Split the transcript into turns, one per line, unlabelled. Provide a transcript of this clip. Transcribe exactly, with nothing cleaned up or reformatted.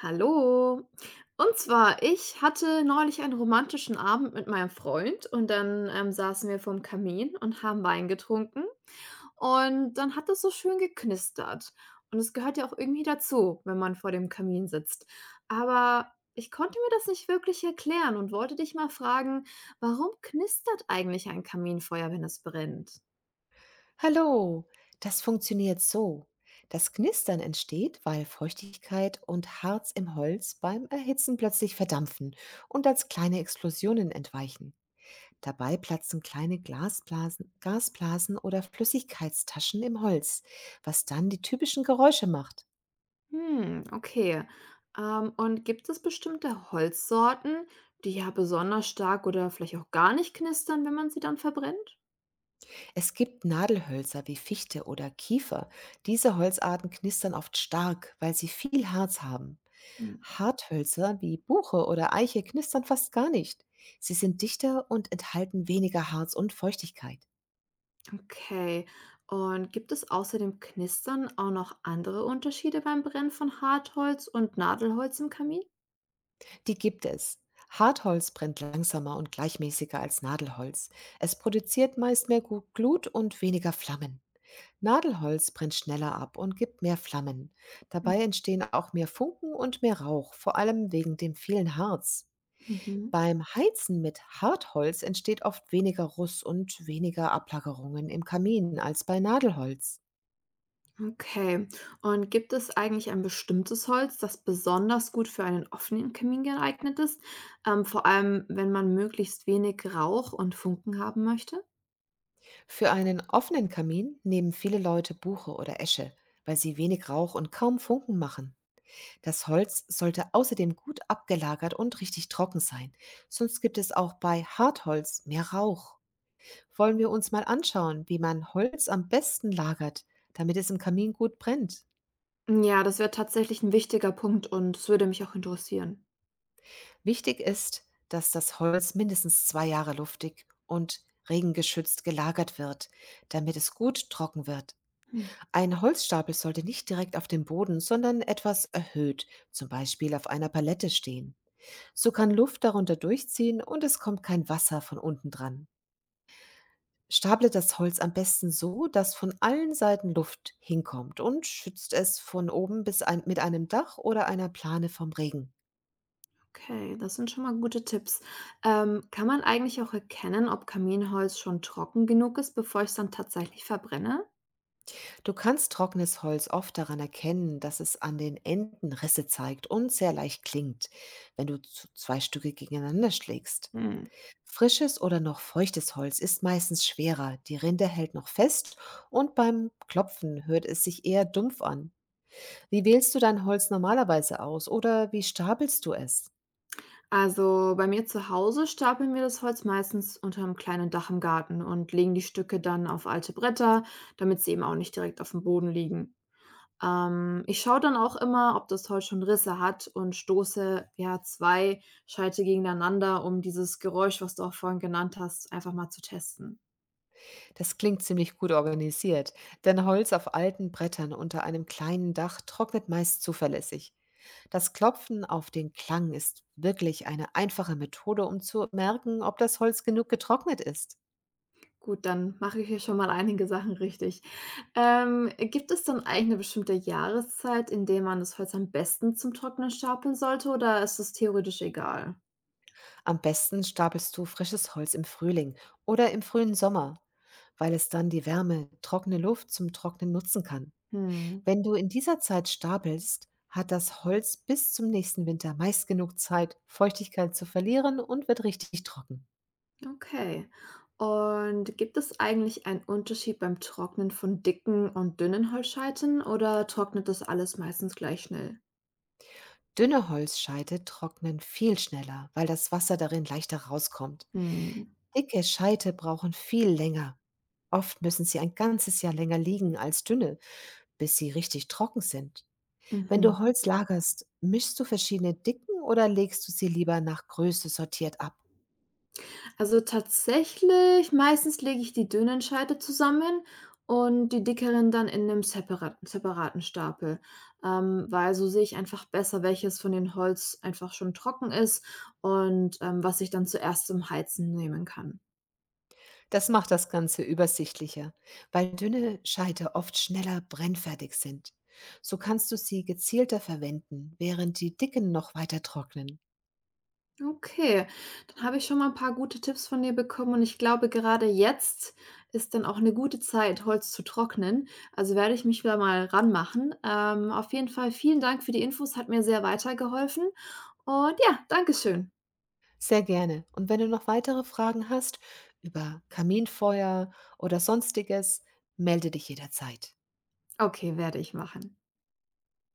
Hallo. Und zwar, ich hatte neulich einen romantischen Abend mit meinem Freund und dann ähm, saßen wir vorm Kamin und haben Wein getrunken und dann hat das so schön geknistert. Und es gehört ja auch irgendwie dazu, wenn man vor dem Kamin sitzt. Aber ich konnte mir das nicht wirklich erklären und wollte dich mal fragen, warum knistert eigentlich ein Kaminfeuer, wenn es brennt?
Hallo, das funktioniert so. Das Knistern entsteht, weil Feuchtigkeit und Harz im Holz beim Erhitzen plötzlich verdampfen und als kleine Explosionen entweichen. Dabei platzen kleine Glasblasen, Gasblasen oder Flüssigkeitstaschen im Holz, was dann die typischen Geräusche macht.
Hm, okay. Ähm, und gibt es bestimmte Holzsorten, die ja besonders stark oder vielleicht auch gar nicht knistern, wenn man sie dann verbrennt?
Es gibt Nadelhölzer wie Fichte oder Kiefer. Diese Holzarten knistern oft stark, weil sie viel Harz haben.
Hm.
Harthölzer wie Buche oder Eiche knistern fast gar nicht. Sie sind dichter und enthalten weniger Harz und Feuchtigkeit.
Okay. Und gibt es außer dem Knistern auch noch andere Unterschiede beim Brennen von Hartholz und Nadelholz im Kamin?
Die gibt es. Hartholz brennt langsamer und gleichmäßiger als Nadelholz. Es produziert meist mehr Gu- Glut und weniger Flammen. Nadelholz brennt schneller ab und gibt mehr Flammen.
Hm.
Dabei entstehen auch mehr Funken und mehr Rauch, vor allem wegen dem vielen Harz.
Mhm.
Beim Heizen mit Hartholz entsteht oft weniger Ruß und weniger Ablagerungen im Kamin als bei Nadelholz.
Okay. Und gibt es eigentlich ein bestimmtes Holz, das besonders gut für einen offenen Kamin geeignet ist? Ähm, vor allem, wenn man möglichst wenig Rauch und Funken haben möchte?
Für einen offenen Kamin nehmen viele Leute Buche oder Esche, weil sie wenig Rauch und kaum Funken machen. Das Holz sollte außerdem gut abgelagert und richtig trocken sein, sonst gibt es auch bei Hartholz mehr Rauch. Wollen wir uns mal anschauen, wie man Holz am besten lagert, damit es im Kamin gut brennt.
Ja, das wäre tatsächlich ein wichtiger Punkt und es würde mich auch interessieren.
Wichtig ist, dass das Holz mindestens zwei Jahre luftig und regengeschützt gelagert wird, damit es gut trocken wird.
Hm,
Ein Holzstapel sollte nicht direkt auf dem Boden, sondern etwas erhöht, zum Beispiel auf einer Palette stehen. So kann Luft darunter durchziehen und es kommt kein Wasser von unten dran. Staple das Holz am besten so, dass von allen Seiten Luft hinkommt und schützt es von oben bis ein, mit einem Dach oder einer Plane vom Regen.
okay, das sind schon mal gute Tipps. Ähm, kann man eigentlich auch erkennen, ob Kaminholz schon trocken genug ist, bevor ich's dann tatsächlich verbrenne?
Du kannst trockenes Holz oft daran erkennen, dass es an den Enden Risse zeigt und sehr leicht klingt, wenn du zu- zwei Stücke gegeneinander schlägst.
Hm.
Frisches oder noch feuchtes Holz ist meistens schwerer, die Rinde hält noch fest und beim Klopfen hört es sich eher dumpf an. Wie wählst du dein Holz normalerweise aus oder wie stapelst du es?
Also, bei mir zu Hause stapeln wir das Holz meistens unter einem kleinen Dach im Garten und legen die Stücke dann auf alte Bretter, damit sie eben auch nicht direkt auf dem Boden liegen. Ähm, ich schaue dann auch immer, ob das Holz schon Risse hat und stoße, ja, zwei Scheite gegeneinander, um dieses Geräusch, was du auch vorhin genannt hast, einfach mal zu testen.
Das klingt ziemlich gut organisiert, denn Holz auf alten Brettern unter einem kleinen Dach trocknet meist zuverlässig. Das Klopfen auf den Klang ist wirklich eine einfache Methode, um zu merken, ob das Holz genug getrocknet ist.
Gut, dann mache ich hier schon mal einige Sachen richtig. Ähm, gibt es dann eigentlich eine bestimmte Jahreszeit, in der man das Holz am besten zum Trocknen stapeln sollte oder ist es theoretisch egal?
Am besten stapelst du frisches Holz im Frühling oder im frühen Sommer, weil es dann die Wärme, trockene Luft zum Trocknen nutzen kann.
Mhm.
Wenn du in dieser Zeit stapelst, hat das Holz bis zum nächsten Winter meist genug Zeit, Feuchtigkeit zu verlieren und wird richtig trocken.
Okay. Und gibt es eigentlich einen Unterschied beim Trocknen von dicken und dünnen Holzscheiten oder trocknet das alles meistens gleich schnell?
Dünne Holzscheite trocknen viel schneller, weil das Wasser darin leichter rauskommt.
Hm.
Dicke Scheite brauchen viel länger. Oft müssen sie ein ganzes Jahr länger liegen als dünne, bis sie richtig trocken sind. Wenn du
Mhm.
Holz lagerst, mischst du verschiedene Dicken oder legst du sie lieber nach Größe sortiert ab.
Also tatsächlich, meistens lege ich die dünnen Scheite zusammen und die dickeren dann in einem separaten, separaten Stapel, ähm, weil so sehe ich einfach besser, welches von den Holz einfach schon trocken ist und ähm, was ich dann zuerst zum Heizen nehmen kann.
Das macht das Ganze übersichtlicher, weil dünne Scheite oft schneller brennfertig sind. So kannst du sie gezielter verwenden, während die dicken noch weiter trocknen.
Okay, dann habe ich schon mal ein paar gute Tipps von dir bekommen und ich glaube, gerade jetzt ist dann auch eine gute Zeit, Holz zu trocknen. Also, werde ich mich wieder mal ranmachen. Ähm, auf jeden Fall vielen Dank für die Infos, hat mir sehr weitergeholfen und ja, Dankeschön.
Sehr gerne. Und wenn du noch weitere Fragen hast über Kaminfeuer oder sonstiges, melde dich jederzeit.
Okay, werde ich machen.